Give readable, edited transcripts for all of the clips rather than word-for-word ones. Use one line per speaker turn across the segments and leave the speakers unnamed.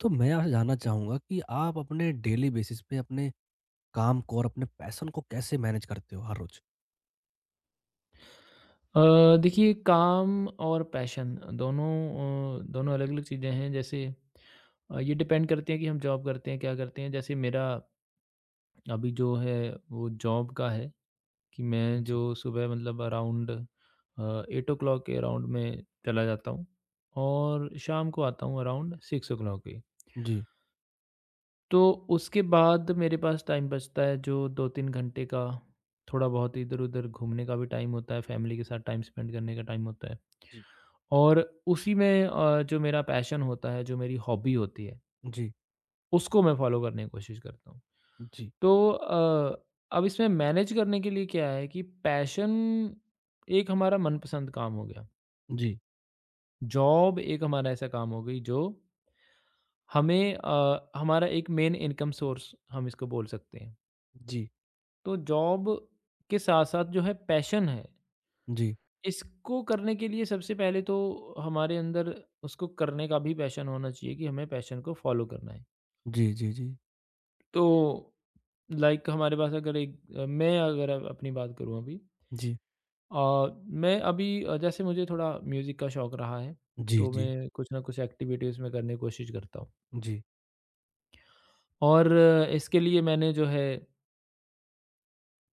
तो मैं आपसे जानना चाहूँगा कि आप अपने डेली बेसिस पे अपने काम को और अपने पैशन को कैसे मैनेज करते हो हर रोज?
देखिए काम और पैशन दोनों अ, दोनों अलग-अलग चीज़ें हैं जैसे ये डिपेंड करते हैं कि हम जॉब करते हैं, क्या करते हैं। जैसे मेरा अभी जो है वो जॉब का है कि मैं जो
जी,
सुबह मतलब अराउंड 8:00 के अराउंड में चला जाता हूँ और शाम को आता हूँ अराउंड 6:00 के।
जी,
तो उसके बाद मेरे पास टाइम बचता है जो 2-3 घंटे का थोड़ा बहुत इधर-उधर घूमने का भी टाइम होता है, फैमिली के साथ टाइम स्पेंड करने का टाइम होता है।
जी।
और उसी में जो मेरा पैशन होता है, जो मेरी हॉबी होती है,
जी,
उसको मैं फ़ॉलो करने की कोशिश करता हूँ।
जी,
तो अब इसमें मैनेज करने के लिए क्या है कि पैशन एक हमारा मनपसंद काम हो गया।
जी,
जॉब एक हमारा ऐसा काम हो गई जो हमारा एक मेन इनकम सोर्स हम इसको बोल सकते हैं।
जी,
तो जॉब के साथ-साथ जो है पैशन है,
जी,
इसको करने के लिए सबसे पहले तो हमारे अंदर उसको करने का भी पैशन होना चाहिए कि हमें पैशन को फ़ॉलो करना है।
जी, जी, जी,
तो लाइक हमारे पास अगर मैं अगर अब अपनी बात करूँ अभी
जी,
अ, मैं अभी जैसे मुझे थोड़ा म्यूज़िक का शौक रहा है,
जी,
तो
जी,
मैं कुछ ना कुछ एक्टिविटीज़ में करने की कोशिश करता हूँ
जी,
और इसके लिए मैंने जो है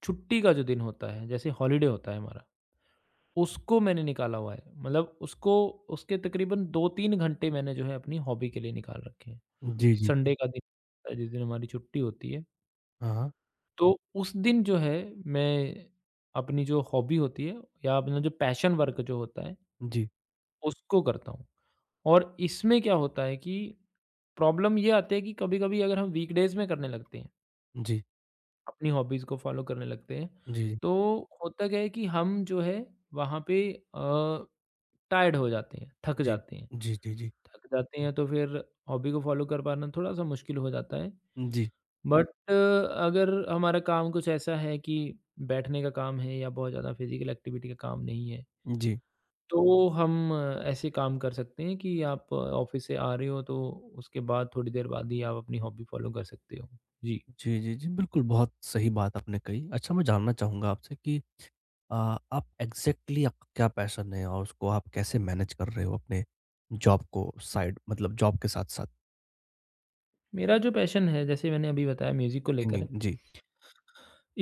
छुट्टी का जो दिन होता है, जैसे हॉलिडे होता है हमारा, उसको मैंने निकाला हुआ है। मतलब उसको उसके तकरीबन 2-3 घंटे मैंने जो है अपनी हॉबी के लिए निकाल रखे हैं।
जी, जी, जी,
संडे का दिन होता है, जिस दिन हमारी छुट्टी होती है
हाँ, हाँ,
तो उस दिन जो है मैं अपनी जो हॉबी होती है या अपना जो पैशन वर्क जो होता है
जी,
उसको करता हूँ। और इसमें क्या होता है कि प्रॉब्लम ये आती है कि कभी-कभी अगर हम वीकडेज़ में करने लगते हैं,
जी,
अपनी हॉबीज़ को फॉलो करने लगते हैं,
जी,
तो होता क्या है कि हम जो है वहाँ पे अ, टायर्ड हो जाते हैं, थक
जी,
जाते हैं।
जी, जी, जी,
थक जाते हैं तो फिर हॉबी को फॉलो कर पाना थोड़ा-सा मुश्किल हो जाता है।
जी,
बट अगर हमारा काम कुछ ऐसा है कि बैठने का काम है या बहुत ज़्यादा फिजिकल एक्टिविटी का काम नहीं है,
जी,
तो हम ऐसे काम कर सकते हैं कि आप ऑफिस से आ रहे हो तो उसके बाद थोड़ी देर बाद ही आप अपनी हॉबी फॉलो कर सकते हो। जी,
जी, जी, जी, बिल्कुल बहुत सही बात आपने कही। अच्छा मैं जानना चाहूँगा आपसे कि अ, आप एग्ज़ैक्टली आपका क्या पैशन है और उसको आप कैसे मैनेज कर रहे हो अपने जॉब को साइड मतलब जॉब के साथ-साथ
मेरा जो पैशन है जैसे मैंने अभी बताया म्यूज़िक को लेकर
सिंगिंग?
है।
जी,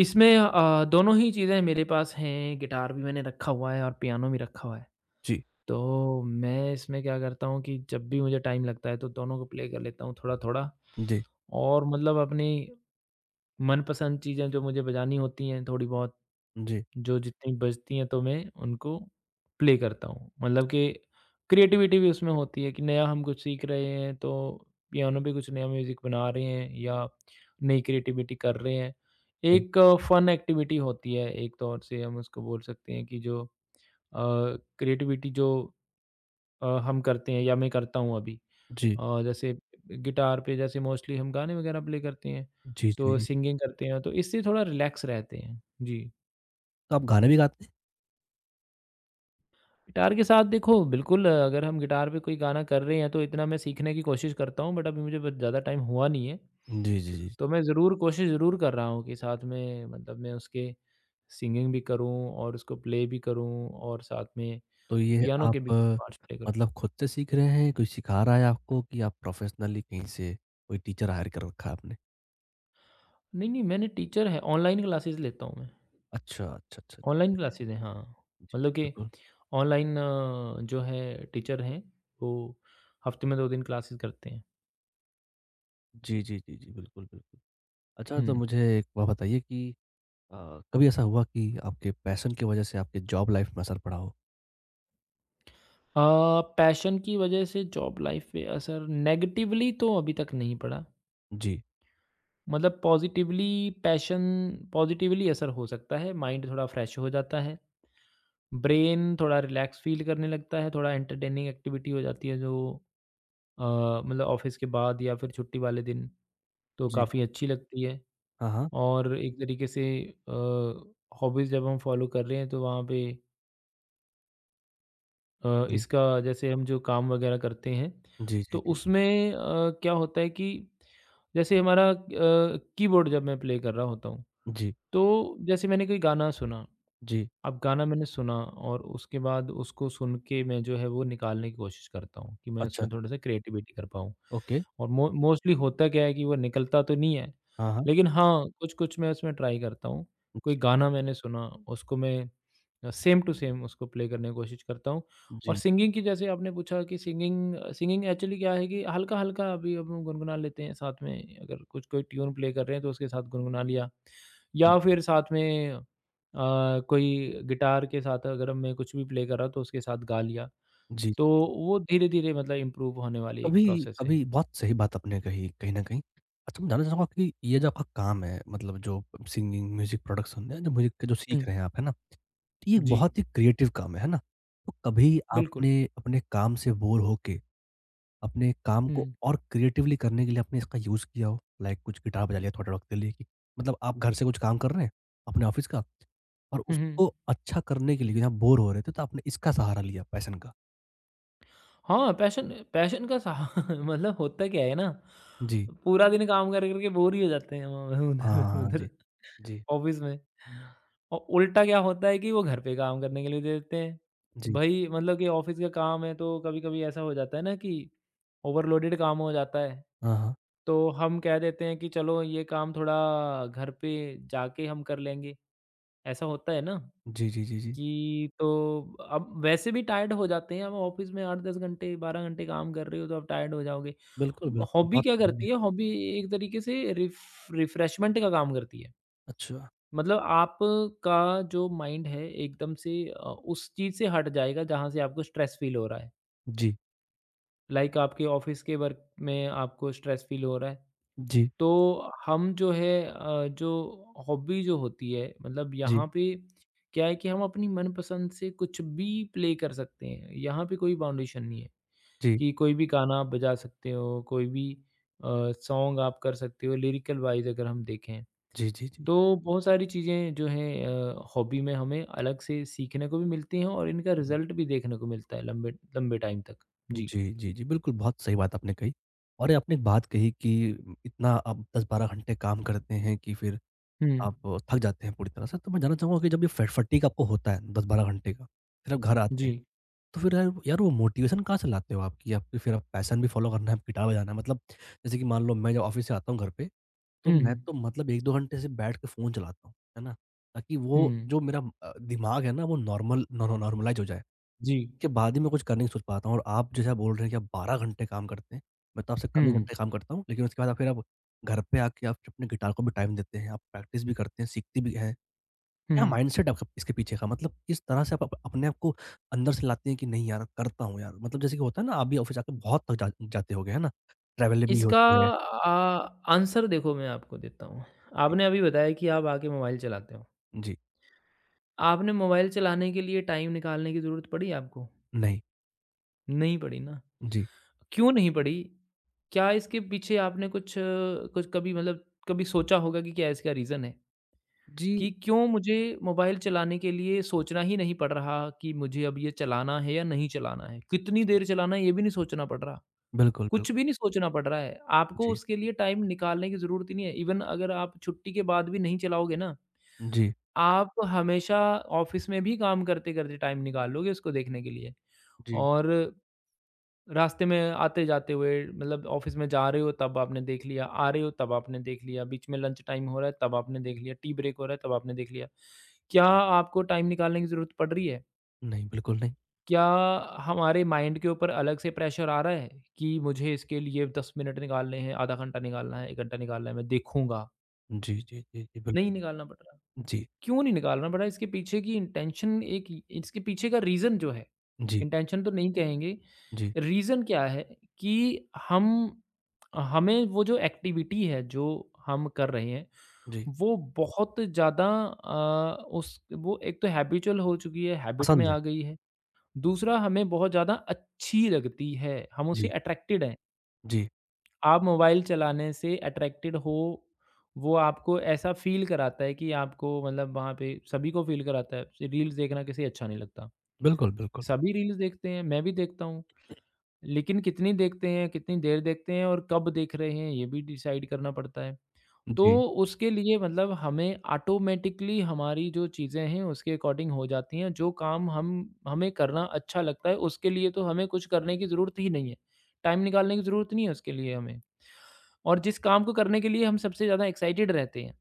इसमें दोनों ही चीज़ें मेरे पास हैं, गिटार भी मैंने रखा हुआ है और पियानो भी रखा हुआ है।
जी,
तो मैं इसमें क्या करता हूँ कि जब भी मुझे टाइम लगता है तो दोनों को प्ले कर लेता हूँ थोड़ा-थोड़ा
जी,
और मतलब अपनी मनपसंद चीज़ें जो मुझे बजानी होती हैं थोड़ी बहुत,
जी,
जो जितनी बजती हैं तो मैं उनको प्ले करता हूँ। मतलब कि क्रिएटिविटी भी उसमें होती है कि नया हम कुछ सीख रहे हैं तो पियानो पे कुछ नया म्यूज़िक बना रहे हैं या नई क्रिएटिविटी कर रहे हैं।
जी,
एक फ़न एक्टिविटी होती है एक तौर से हम उसको बोल सकते हैं कि जो क्रिएटिविटी जो हम करते हैं या मैं करता हूँ अभी।
जी,
और जैसे गिटार पे जैसे मोस्टली हम गाने वगैरह प्ले करते हैं,
जी, जी,
तो
जी।
सिंगिंग करते हैं, तो इससे थोड़ा रिलैक्स रहते हैं। जी,
तो आप गाने भी गाते
गिटार के साथ देखो बिल्कुल अगर हम गिटार पे कोई गाना कर रहे हैं, तो इतना मैं सीखने की कोशिश करता हूँ बट अभी मुझे ब ज़्यादा टाइम हुआ नहीं है।
हैं? जी, जी, जी।
तो मैं ज़रूर कोशिश ज़रूर कर रहा हूँ कि साथ में मतलब मैं उसके सिंगिंग भी करूँ और उसको प्ले भी करूँ और साथ में
तो ये
पियानो के भी
आप
कुछ पार्ट्स प्ले करूँ।
मतलब खुद से सीख रहे हैं, कोई सिखा रहा है आपको कि आप प्रोफ़ेशनली कहीं से कोई टीचर हायर कर रखा है आपने?
नहीं, मैंने टीचर है, ऑनलाइन क्लासेस लेता हूँ मैं।
अच्छा, अच्छा, अच्छा, जी,
ऑनलाइन
जी,
क्लासेज़ हैं, हाँ।
जी, जी, जी,
मतलब कि
बिल्कुल।
ऑनलाइन जो है टीचर हैं, वो हफ़्ते में 2 दिन क्लासेज़ करते हैं।
जी, जी, जी, जी, बिल्कुल, बिल्कुल। अच्छा तो
हुँ।
मुझे एक बात बताइए कि कभी ऐसा हुआ कि आपके पैशन की वज़ह से आपके जॉब लाइफ़ में असर पड़ा हो?
अ, पैशन की वज़ह से जॉब लाइफ़ पे असर नेगेटिवली तो अभी तक नहीं पड़ा।
जी,
मतलब पॉज़िटिवली पैशन पॉज़िटिवली असर हो सकता है, माइंड थोड़ा फ्रेश हो जाता है, ब्रेन थोड़ा रिलैक्स फ़ील करने लगता है, थोड़ा एंटरटेनिंग एक्टिविटी हो जाती है जो अ, मतलब ऑफ़िस के बाद या फिर छुट्टी वाले दिन तो
जी।
काफ़ी अच्छी लगती है।
हाँ, हाँ।
और एक तरीके से अ, हॉबीज़ जब हम फॉलो कर रहे हैं तो वहाँ पे
जी।
इसका जैसे हम जो काम वगैरह करते हैं
जी,
तो
जी, जी।
उसमें अ, क्या होता है कि जैसे हमारा कीबोर्ड जब मैं प्ले कर रहा होता हूँ
जी,
तो जैसे मैंने कोई गाना सुना
जी।
अब गाना मैंने सुना और उसके बाद उसको सुन के मैं जो है वो निकालने की कोशिश करता हूँ कि मैं
अच्छा,
उसमें थोड़ा-सा क्रिएटिविटी कर पाऊँ।
ओके।
और मो मोस्टली होता क्या है कि वो निकलता तो नहीं है,
हाँ, हाँ।
लेकिन हाँ, कुछ-कुछ मैं उसमें ट्राई करता हूँ। कोई
जी,
गाना मैंने सुना, उसको मैं सेम टू सेम उसको प्ले करने की कोशिश करता हूँ। और
जी,
सिंगिंग की जैसे आपने पूछा कि सिंगिंग सिंगिंग एक्चुअली क्या है कि हल्का-हल्का अभी अब हम गुनगुना लेते हैं साथ में, अगर कुछ कोई ट्यून प्ले कर रहे हैं तो उसके साथ गुनगुना लिया।
जी,
या फिर साथ में कोई गिटार के साथ अगर मैं कुछ भी प्ले कर रहा हूँ तो उसके साथ गा लिया,
जी।
तो वो धीरे-धीरे मतलब इम्प्रूव होने वाली एक
कभी
प्रोसेस है।
कभी बहुत सही बात आपने कही कहीं न कहीं। अच्छा मैं जानना चाहूँगा कि ये जो आपका काम है मतलब जो सिंगिंग, म्यूज़िक प्रोडक्शन या जो म्यूज़िक का जो
हुँ।
सीख रहे हैं आप, है ना? ये एक
जी,
बहुत ही क्रिएटिव काम है ना? तो कभी
बिल्कुल।
आपने अपने काम से बोर होके अपने काम को
हुँ,
और क्रिएटिवली करने के लिए आपने इसका यूज़ किया हो? लाइक कुछ गिटार बजा लिया थोड़े वक़्त के लिए कि मतलब आप घर से कुछ काम कर रहे हैं, अपने ऑफ़िस का और
हुँ, हुँ।
उसको अच्छा करने के लिए आप बोर हो रहे थे, तो आपने इसका सहारा लिया पैशन का।
हाँ, पैशन पैशन का सहा मतलब होता क्या है ना,
जी।
पूरा दिन काम कर कर के बोर ही हो जाते हैं हम
हाँ,
उधर
हाँ, हाँ।
उधर
जी। जी,
ऑफ़िस में। और उल्टा क्या होता है कि वो घर पे काम करने के लिए दे देते हैं।
जी।
भई मतलब कि ऑफ़िस का काम है तो कभी-कभी ऐसा हो जाता है ना कि ओवरलोडेड काम हो जाता है।
हाँ, हाँ।
तो हम कह देते हैं कि चलो ये काम थोड़ा घर पे जाके हम कर लेंगे, ऐसा होता है ना?
जी, जी, जी, जी।
कि तो अब वैसे भी टायर्ड हो जाते हैं, अब ऑफ़िस में 8-10 घंटे, 12 घंटे काम कर रहे हो तो आप टायर्ड हो जाओगे।
बिल्कुल, बिल्कुल।
हॉबी
बहुत
क्या करती
बढ़िया।
है? हॉबी एक तरीके से रिफ्रेशमेंट का काम करती है।
अच्छा।
मतलब आपका जो माइंड है एकदम से उस चीज़ से हट जाएगा जहाँ से आपको स्ट्रेस फ़ील हो रहा है।
जी,
लाइक आपके ऑफ़िस के वर्क में आपको स्ट्रेस फ़ील हो रहा है।
जी,
तो हम जो है जो हॉबी जो होती है मतलब
जी,
यहाँ पे क्या है कि हम अपनी मनपसंद से कुछ भी प्ले कर सकते हैं। यहाँ पे कोई बाउंडेशन नहीं है
जी,
कि कोई भी गाना आप बजा सकते हो, कोई भी अ, सॉन्ग आप कर सकते हो लिरिकल वाइज़ अगर हम देखें।
जी, जी, जी,
तो बहुत सारी चीज़ें जो हैं हॉबी में हमें अलग से सीखने को भी मिलती हैं और इनका
जी।
रिज़ल्ट भी देखने को मिलता है लंबे लंबे टाइम तक। जी।
जी, जी, जी। बिल्कुल, बहुत सही बात आपने कही और ये आपने एक बात कही कि इतना आप 10-12 घंटे काम करते हैं कि फिर
हुँ।
आप थक जाते हैं पूरी तरह से। तो मैं जानना चाहूँगा कि जब ये फ फटीग आपको होता है 10-12 घंटे का, फिर आप घर आते
जी।
हैं, तो फिर यार यार वो मोटिवेशन कहाँ से लाते हो आप कि आपकी फिर आप पैशन भी फ़ॉलो करना है, गिटार बजाना है? मतलब जैसे कि मान लो मैं जब ऑफ़िस से आता हूँ घर पे, तो
हुँ,
मैं
हुँ।
तो मतलब 1-2 घंटे सिर्फ़ बैठ के फ़ोन चलाता हूँ, है ना? ताकि वो
हुँ।
जो मेरा दिमाग है ना वो नॉर्मल नॉर्मलाइज़ हो जाए।
जी।
उसके बाद ही मैं कुछ करने की सोच पाता हूँ और आप जैसा बोल रहे हैं कि आप 12 घंटे काम करते हैं, मैं तो आपसे कम ही
हुँ।
घंटे काम करता हूँ। लेकिन उसके बाद आप फिर आप घर पे आके आप अपने गिटार को भी टाइम देते हैं, आप प्रैक्टिस भी करते हैं, सीखते भी हैं।
हुँ।
क्या माइंडसेट आपका इसके पीछे का मतलब किस तरह से आप अप अपने आप को अंदर से लाते हैं कि नहीं यार करता हूँ यार? मतलब जैसे कि होता है ना आप भी ऑफ़िस जाके बहुत थक जा जाते होंगे, है ना? ट्रैवलिंग भी
इसका
होती है।
आंसर देखो मैं आपको देता हूँ।
जी,
आपने अभी बताया कि आप आके मोबाइल चलाते हो।
जी,
आपने मोबाइल चलाने के लिए टाइम निकालने की ज़रूरत पड़ी आपको?
नहीं,
नहीं पड़ी ना।
जी,
क्यों नहीं पड़ी? क्या इसके पीछे आपने कुछ कुछ कभी मतलब कभी सोचा होगा कि क्या इसका रीज़न है?
जी,
कि क्यों मुझे मोबाइल चलाने के लिए सोचना ही नहीं पड़ रहा कि मुझे अब ये चलाना है या नहीं चलाना है? कितनी
जी।
देर चलाना है ये भी नहीं सोचना पड़ रहा।
बिल्कुल, बिल्कुल।
कुछ भी नहीं सोचना पड़ रहा है। आपको
जी,
उसके लिए टाइम निकालने की ज़रूरत ही नहीं है। इवन अगर आप छुट्टी के बाद भी नहीं चलाओगे ना,
जी,
आप हमेशा ऑफ़िस में भी काम करते-करते टाइम निकाल लोगे उसको देखने के लिए।
जी,
और रास्ते में आते-जाते हुए मतलब ऑफ़िस में जा रहे हो तब आपने देख लिया, आ रहे हो तब आपने देख लिया, बीच में लंच टाइम हो रहा है तब आपने देख लिया, टी ब्रेक हो रहा है तब आपने देख लिया। क्या आपको टाइम निकालने की ज़रूरत पड़ रही है?
नहीं, बिल्कुल नहीं।
क्या हमारे माइंड के ऊपर अलग से प्रेशर आ रहा है कि मुझे इसके लिए 10 मिनट निकालने हैं, आधा घंटा निकालना है, 1 घंटा निकालना है, मैं देखूँगा?
जी, जी, जी, जी,
नहीं
बिल्कुल।
निकालना पड़ रहा।
जी,
क्यों नहीं निकालना पड़ रहा? इसके पीछे की इंटेंशन एक इसके पीछे का रीज़न जो है,
जी,
इंटेंशन तो नहीं कहेंगे,
जी,
रीज़न क्या है कि हम हमें वो जो एक्टिविटी है, जो हम कर रहे हैं,
जी,
वो बहुत ज़्यादा उस वो एक तो हैबिचुअल हो चुकी है, हैबिट में
पसंद है।
आ गई है। दूसरा हमें बहुत ज़्यादा अच्छी लगती है, हम उससे
जी,
अट्रैक्टेड हैं।
जी,
आप मोबाइल चलाने से अट्रैक्टेड हो, वो आपको ऐसा फ़ील कराता है कि आपको मतलब वहाँ पे सभी को फ़ील कराता है, रील्स देखना किसे अच्छा नहीं लगता।
बिल्कुल, बिल्कुल।
सभी रील्स देखते हैं, मैं भी देखता हूँ, लेकिन कितनी देखते हैं, कितनी देर देखते हैं और कब देख रहे हैं, ये भी डिसाइड करना पड़ता है। तो
जी,
उसके लिए मतलब हमें ऑटोमेटिकली हमारी जो चीज़ें हैं उसके अकॉर्डिंग हो जाती हैं। जो काम हम हमें करना अच्छा लगता है उसके लिए तो हमें कुछ करने की ज़रूरत ही नहीं है। टाइम निकालने की ज़रूरत नहीं है उसके लिए हमें। और जिस काम को करने के लिए हम सबसे ज़्यादा एक्साइटेड रहते हैं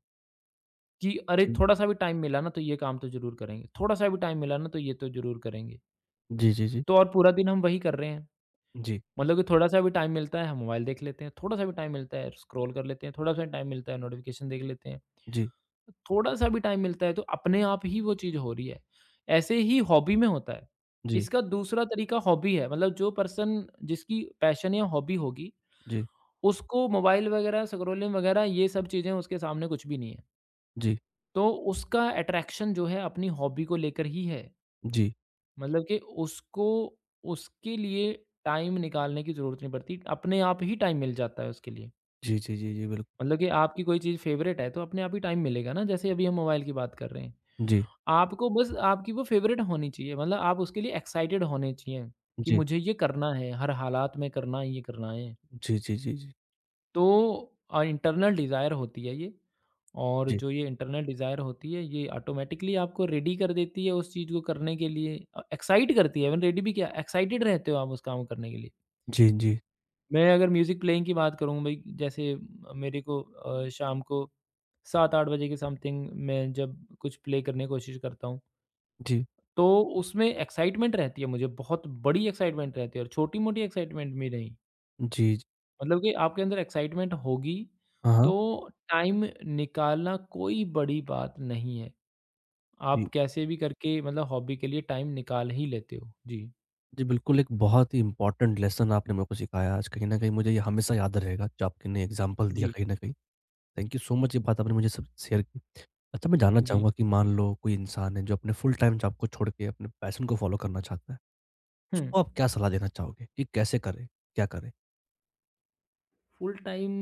कि अरे
जी,
थोड़ा-सा भी टाइम मिला ना तो ये काम तो ज़रूर करेंगे, थोड़ा-सा भी टाइम मिला ना तो ये तो ज़रूर करेंगे।
जी, जी, जी,
तो और पूरा दिन हम वही कर रहे हैं।
जी,
मतलब कि थोड़ा-सा भी टाइम मिलता है हम मोबाइल देख लेते हैं, थोड़ा-सा भी टाइम मिलता है स्क्रॉल कर लेते हैं, थोड़ा-सा टाइम मिलता है नोटिफ़िकेशन देख लेते हैं।
जी,
थोड़ा-सा भी टाइम मिलता है तो अपने आप ही वो चीज़ हो रही है। ऐसे ही हॉबी में होता है।
जी,
इसका दूसरा तरीका हॉबी है मतलब जो पर्सन जिसकी पैशन या हॉबी होगी,
जी,
उसको मोबाइल वगैरह, स्क्रोलिंग वगैरह ये सब चीज़ें उसके सामने कुछ भी नहीं है।
जी,
तो उसका अट्रैक्शन जो है अपनी हॉबी को लेकर ही है।
जी,
मतलब कि उसको उसके लिए टाइम निकालने की ज़रूरत नहीं पड़ती। अपने आप ही टाइम मिल जाता है उसके लिए।
जी, जी, जी, जी, बिल्कुल।
मतलब कि आपकी कोई चीज़ फ़ेवरेट है तो अपने आप ही टाइम मिलेगा ना, जैसे अभी हम मोबाइल की बात कर रहे हैं।
जी,
आपको बस आपकी वो फेवरेट होनी चाहिए मतलब आप उसके लिए एक्साइटेड होने चाहिए कि
जी,
मुझे ये करना है, हर हालात में करना है, ये करना है।
जी, जी, जी, जी, जी।
तो इंटरनल डिज़ायर होती है ये और
जी,
जो ये इंटरनल डिज़ायर होती है ये ऑटोमैटिकली आपको रेडी कर देती है उस चीज़ को करने के लिए एक्साइट करती है इवन रेडी भी क्या एक्साइटेड रहते हो आप उस काम को करने के लिए।
जी, जी,
मैं अगर म्यूज़िक प्लेइंग की बात करूँ भई जैसे मेरे को शाम को 7-8 बजे के समथिंग मैं जब कुछ प्ले करने की कोशिश करता हूँ।
जी,
तो उसमें एक्साइटमेंट रहती है मुझे, बहुत बड़ी एक्साइटमेंट रहती है और छोटी-मोटी एक्साइटमेंट भी नहीं।
जी, जी।
मतलब कि आपके अंदर एक्साइटमेंट होगी,
हाँ, हाँ।
तो टाइम निकालना कोई बड़ी बात नहीं है। आप
जी,
कैसे भी करके मतलब हॉबी के लिए टाइम निकाल ही लेते हो। जी,
जी, बिल्कुल एक बहुत ही इम्पोर्टेंट लेसन आपने मेरे को सिखाया आज, कहीं न कहीं मुझे ये हमेशा याद रहेगा, जो आपने एग्ज़ाम्पल दिया
जी,
कहीं न कहीं। थैंक यू सो मच ये बात आपने मुझे सब शेयर की। अच्छा मैं जानना
जी।
चाहूँगा कि मान लो कोई इंसान है जो अपने फुल टाइम जॉब को छोड़ के अपने पैशन को फ़ॉलो करना चाहता है,
हुँ।
उसको आप क्या सलाह देना चाहोगे कि कैसे करे? क्या करे?
Full time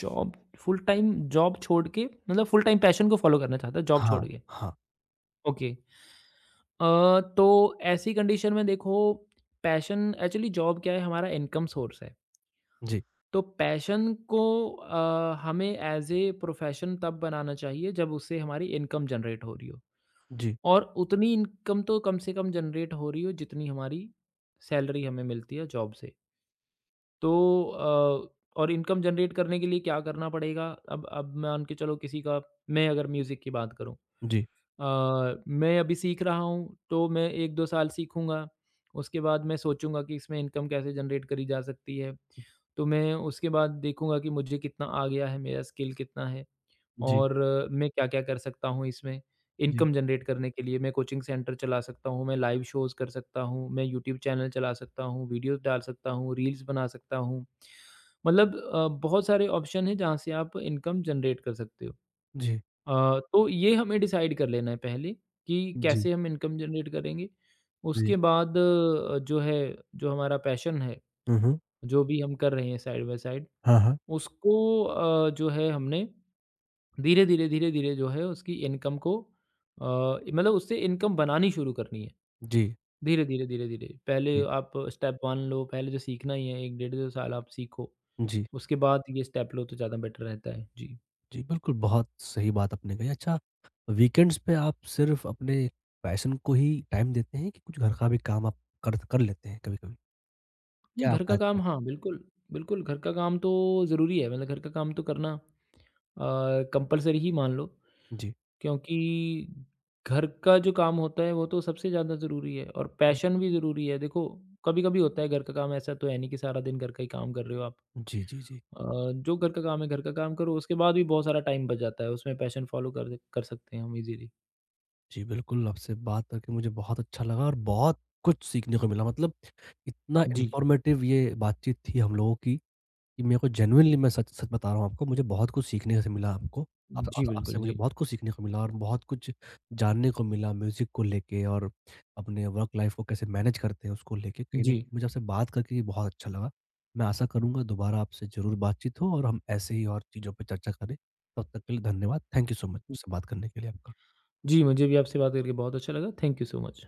job full time job छोड़ के मतलब फुल टाइम पैशन को फ़ॉलो करना चाहता है जॉब छोड़
हाँ,
के।
हाँ।
ओके। तो ऐसी कंडीशन में देखो पैशन एक्चुअली जॉब क्या है हमारा इनकम सोर्स है।
जी,
तो पैशन को हमें एज़ ए प्रोफेशन तब बनाना चाहिए जब उससे हमारी इनकम जनरेट हो रही हो
जी,
और उतनी इनकम तो कम से कम जनरेट हो रही हो जितनी हमारी सैलरी हमें मिलती है जॉब से। तो अ, और इनकम जनरेट करने के लिए क्या करना पड़ेगा अब मान के चलो किसी का मैं अगर म्यूज़िक की बात करूँ
जी,
मैं अभी सीख रहा हूँ, तो मैं 1-2 साल सीखूँगा, उसके बाद मैं सोचूँगा कि इसमें इनकम कैसे जनरेट करी जा सकती है। तो मैं उसके बाद देखूँगा कि मुझे कितना आ गया है, मेरा स्किल कितना है
जी,
और मैं क्या-क्या कर सकता हूँ इसमें
जी,
इनकम जनरेट करने के लिए। मैं कोचिंग सेंटर चला सकता हूँ, मैं लाइव शोज़ कर सकता हूँ, मैं यूट्यूब चैनल चला सकता हूँ, वीडियोज़ डाल सकता हूँ, रील्स बना सकता हूँ। मतलब बहुत सारे ऑप्शन हैं जहाँ से आप इनकम जनरेट कर सकते हो।
जी,
तो ये हमें डिसाइड कर लेना है पहले कि
जी,
कैसे हम इनकम जनरेट करेंगे।
जी।
उसके बाद जो है, जो हमारा पैशन है,
हुँ, हुँ।
जो भी हम कर रहे हैं साइड बाय साइड,
हाँ, हाँ।
उसको जो है हमने धीरे-धीरे, धीरे-धीरे जो है उसकी इनकम को अ, मतलब उससे इनकम बनानी शुरू करनी है।
जी,
धीरे-धीरे, धीरे-धीरे। पहले
जी,
आप स्टेप 1 लो, पहले जो सीखना ही है 1 डेढ़ 2 साल आप सीखो।
जी।
उसके बाद ये स्टेप लो तो ज़्यादा बेटर रहता है। जी।
जी, बिल्कुल, बहुत सही बात आपने कही। अच्छा, वीकेंड्स पे आप सिर्फ़ अपने पैशन को ही टाइम देते हैं कि कुछ घर का भी काम आप कर कर लेते हैं कभी-कभी?
नहीं,
क्या
घर
आपका
का
रहता
काम
है?
हाँ, बिल्कुल, बिल्कुल घर का काम तो ज़रूरी है, मतलब घर का काम तो करना कंपल्सरी ही मान लो
जी।
क्योंकि घर का जो काम होता है वो तो सबसे ज़्यादा ज़रूरी है और पैशन भी ज़रूरी है। देखो, कभी-कभी होता है घर का काम ऐसा तो है नहीं कि सारा दिन घर का ही काम कर रहे हो आप।
जी, जी, जी।
जो घर का काम है घर का काम करो, उसके बाद भी बहुत सारा टाइम बच जाता है, उसमें पैशन फ़ॉलो कर कर सकते हैं हम ईज़िली।
जी, बिल्कुल, आपसे बात करके मुझे बहुत अच्छा लगा और बहुत कुछ सीखने को मिला। मतलब इतना
जी,
इन्फॉर्मेटिव ये बातचीत थी हम लोगों की कि मेरे को जेनुइनली मैं सच सच बता रहा हूँ आपको मुझे बहुत कुछ सीखने से मिला आपको
जी
आप आपसे
बिल्कुल,
मुझे
जी।
बहुत कुछ सीखने को मिला और बहुत कुछ जानने को मिला म्यूज़िक को लेके और अपने वर्क लाइफ़ को कैसे मैनेज करते हैं उसको लेके। कहीं न कहीं
जी,
मुझे आपसे बात करके ये बहुत अच्छा लगा। मैं आशा करूँगा दोबारा आपसे ज़रूर बातचीत हो और हम ऐसे ही और चीज़ों पे चर्चा करें। तब तक के लिए धन्यवाद। थैंक यू सो मच मुझसे बात करने के लिए आपका।
जी मुझे भी आपसे बात करके बहुत अच्छा लगा। Thank you so much.